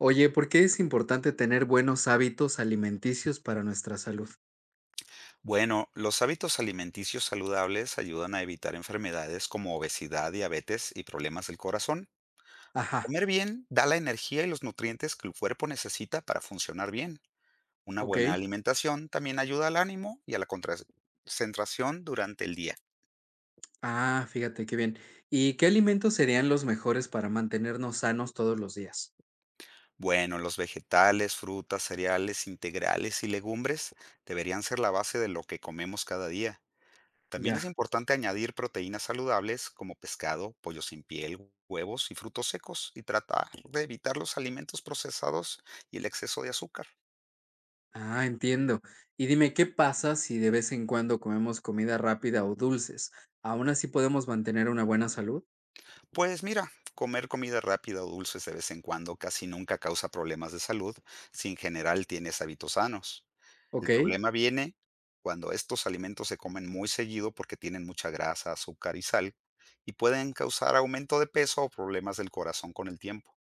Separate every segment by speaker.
Speaker 1: Oye, ¿por qué es importante tener buenos hábitos alimenticios para nuestra salud?
Speaker 2: Bueno, los hábitos alimenticios saludables ayudan a evitar enfermedades como obesidad, diabetes y problemas del corazón.
Speaker 1: Ajá,
Speaker 2: Comer bien da la energía y los nutrientes que el cuerpo necesita para funcionar bien. Una
Speaker 1: ok.
Speaker 2: buena alimentación también ayuda al ánimo y a la concentración durante el día.
Speaker 1: Ah, fíjate qué bien. ¿Y qué alimentos serían los mejores para mantenernos sanos todos los días?
Speaker 2: Bueno, los vegetales, frutas, cereales integrales y legumbres deberían ser la base de lo que comemos cada día. También es
Speaker 1: Ya.
Speaker 2: importante añadir proteínas saludables como pescado, pollo sin piel, huevos y frutos secos y tratar de evitar los alimentos procesados y el exceso de azúcar.
Speaker 1: Ah, entiendo. Y dime, ¿qué pasa si de vez en cuando comemos comida rápida o dulces? ¿Aún así podemos mantener una buena salud?
Speaker 2: Pues mira, comer comida rápida o dulces de vez en cuando casi nunca causa problemas de salud si en general tienes hábitos sanos. El
Speaker 1: Ok.
Speaker 2: problema viene cuando estos alimentos se comen muy seguido porque tienen mucha grasa, azúcar y sal y pueden causar aumento de peso o problemas del corazón con el tiempo.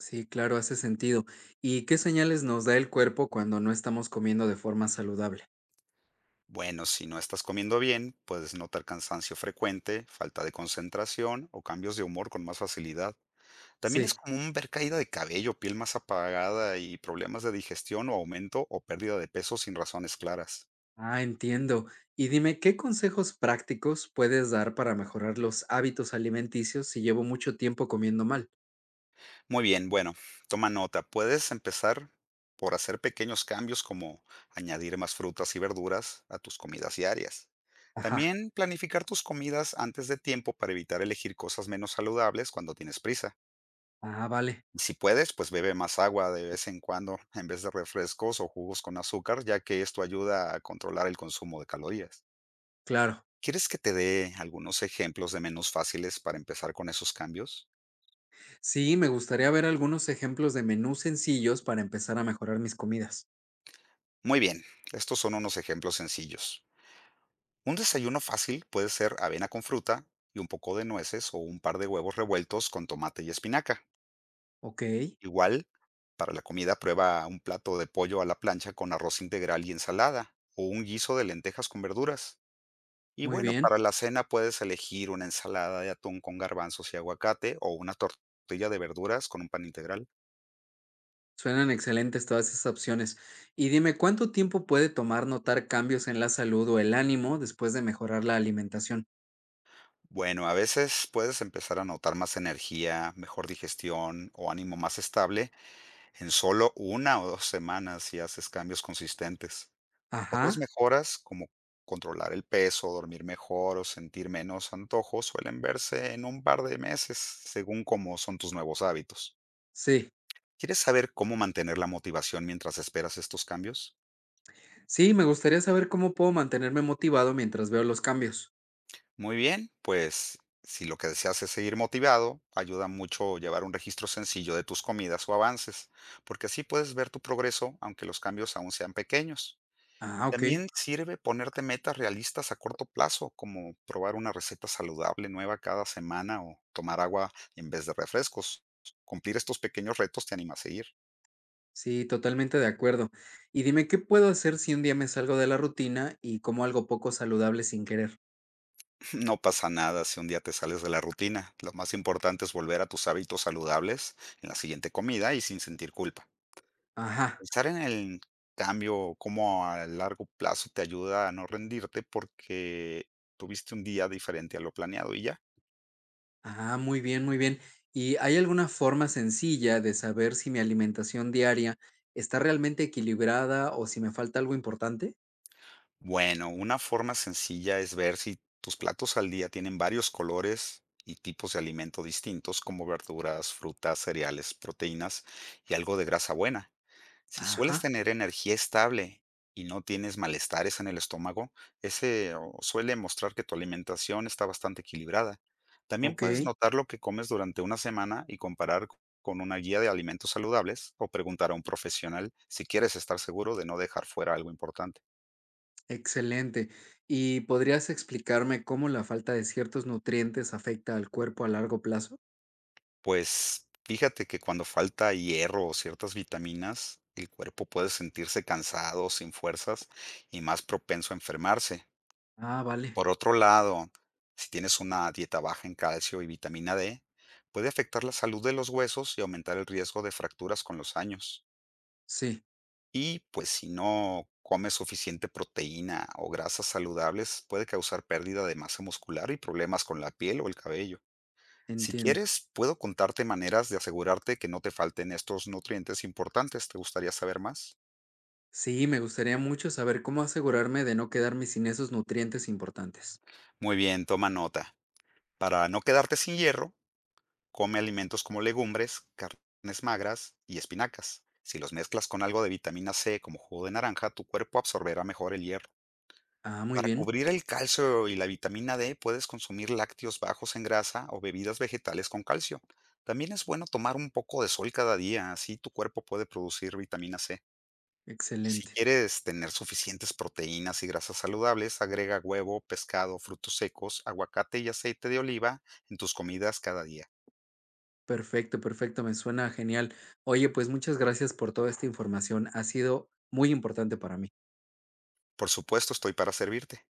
Speaker 1: Sí, claro, hace sentido. ¿Y qué señales nos da el cuerpo cuando no estamos comiendo de forma saludable?
Speaker 2: Bueno, si no estás comiendo bien, puedes notar cansancio frecuente, falta de concentración o cambios de humor con más facilidad. También es
Speaker 1: Sí.
Speaker 2: común ver caída de cabello, piel más apagada y problemas de digestión o aumento o pérdida de peso sin razones claras.
Speaker 1: Ah, entiendo. Y dime, ¿qué consejos prácticos puedes dar para mejorar los hábitos alimenticios si llevo mucho tiempo comiendo mal?
Speaker 2: Muy bien, bueno, toma nota. Puedes empezar por hacer pequeños cambios como añadir más frutas y verduras a tus comidas diarias.
Speaker 1: Ajá.
Speaker 2: También planificar tus comidas antes de tiempo para evitar elegir cosas menos saludables cuando tienes prisa.
Speaker 1: Ah, vale.
Speaker 2: Si puedes, pues bebe más agua de vez en cuando en vez de refrescos o jugos con azúcar, ya que esto ayuda a controlar el consumo de calorías.
Speaker 1: Claro.
Speaker 2: ¿Quieres que te dé algunos ejemplos de menús fáciles para empezar con esos cambios?
Speaker 1: Sí, me gustaría ver algunos ejemplos de menús sencillos para empezar a mejorar mis comidas.
Speaker 2: Muy bien, estos son unos ejemplos sencillos. Un desayuno fácil puede ser avena con fruta y un poco de nueces o un par de huevos revueltos con tomate y espinaca.
Speaker 1: Ok,
Speaker 2: Igual, para la comida prueba un plato de pollo a la plancha con arroz integral y ensalada o un guiso de lentejas con verduras. Y
Speaker 1: muy
Speaker 2: bueno, para
Speaker 1: bien.
Speaker 2: la cena puedes elegir una ensalada de atún con garbanzos y aguacate o una tortilla de verduras con un pan integral.
Speaker 1: Suenan excelentes todas esas opciones. Y dime, ¿cuánto tiempo puede tomar notar cambios en la salud o el ánimo después de mejorar la alimentación?
Speaker 2: Bueno, a veces puedes empezar a notar más energía, mejor digestión o ánimo más estable en solo una o dos semanas si haces cambios consistentes. Otras
Speaker 1: Ajá.
Speaker 2: mejoras, como controlar el peso, dormir mejor o sentir menos antojos, suelen verse en un par de meses, según cómo son tus nuevos hábitos.
Speaker 1: Sí.
Speaker 2: ¿Quieres saber cómo mantener la motivación mientras esperas estos cambios?
Speaker 1: Sí, me gustaría saber cómo puedo mantenerme motivado mientras veo los cambios.
Speaker 2: Muy bien, pues si lo que deseas es seguir motivado, ayuda mucho llevar un registro sencillo de tus comidas o avances, porque así puedes ver tu progreso aunque los cambios aún sean pequeños.
Speaker 1: Ah, ok.
Speaker 2: También sirve ponerte metas realistas a corto plazo, como probar una receta saludable nueva cada semana o tomar agua en vez de refrescos. Cumplir estos pequeños retos te anima a seguir.
Speaker 1: Sí, totalmente de acuerdo. Y dime, ¿qué puedo hacer si un día me salgo de la rutina y como algo poco saludable sin querer?
Speaker 2: No pasa nada si un día te sales de la rutina. Lo más importante es volver a tus hábitos saludables en la siguiente comida y sin sentir culpa.
Speaker 1: Ajá,
Speaker 2: Pensar en el cambio como a largo plazo te ayuda a no rendirte porque tuviste un día diferente a lo planeado y ya.
Speaker 1: ah, muy bien, muy bien. ¿Y hay alguna forma sencilla de saber si mi alimentación diaria está realmente equilibrada o si me falta algo importante?
Speaker 2: Bueno, una forma sencilla es ver si tus platos al día tienen varios colores y tipos de alimento distintos como verduras, frutas, cereales, proteínas y algo de grasa buena. Si sueles
Speaker 1: Ajá,
Speaker 2: tener energía estable y no tienes malestares en el estómago, suele mostrar que tu alimentación está bastante equilibrada. También
Speaker 1: ok,
Speaker 2: puedes notar lo que comes durante una semana y comparar con una guía de alimentos saludables o preguntar a un profesional si quieres estar seguro de no dejar fuera algo importante.
Speaker 1: excelente. ¿Y podrías explicarme cómo la falta de ciertos nutrientes afecta al cuerpo a largo plazo?
Speaker 2: Pues fíjate que cuando falta hierro o ciertas vitaminas, el cuerpo puede sentirse cansado, sin fuerzas y más propenso a enfermarse.
Speaker 1: Ah, vale,
Speaker 2: Por otro lado, si tienes una dieta baja en calcio y vitamina D, puede afectar la salud de los huesos y aumentar el riesgo de fracturas con los años.
Speaker 1: sí,
Speaker 2: Y pues si no comes suficiente proteína o grasas saludables, puede causar pérdida de masa muscular y problemas con la piel o el cabello. Si
Speaker 1: entiendo.
Speaker 2: quieres, puedo contarte maneras de asegurarte que no te falten estos nutrientes importantes. ¿Te gustaría saber más?
Speaker 1: Sí, me gustaría mucho saber cómo asegurarme de no quedarme sin esos nutrientes importantes.
Speaker 2: Muy bien, toma nota. Para no quedarte sin hierro, come alimentos como legumbres, carnes magras y espinacas. Si los mezclas con algo de vitamina C como jugo de naranja, tu cuerpo absorberá mejor el hierro.
Speaker 1: Ah, muy
Speaker 2: Para
Speaker 1: bien.
Speaker 2: cubrir el calcio y la vitamina D, puedes consumir lácteos bajos en grasa o bebidas vegetales con calcio. También es bueno tomar un poco de sol cada día, así tu cuerpo puede producir vitamina C. Si
Speaker 1: Excelente.
Speaker 2: quieres tener suficientes proteínas y grasas saludables, agrega huevo, pescado, frutos secos, aguacate y aceite de oliva en tus comidas cada día.
Speaker 1: Perfecto, perfecto. Me suena genial. Oye, pues muchas gracias por toda esta información. Ha sido muy importante para mí.
Speaker 2: Por supuesto, estoy para servirte.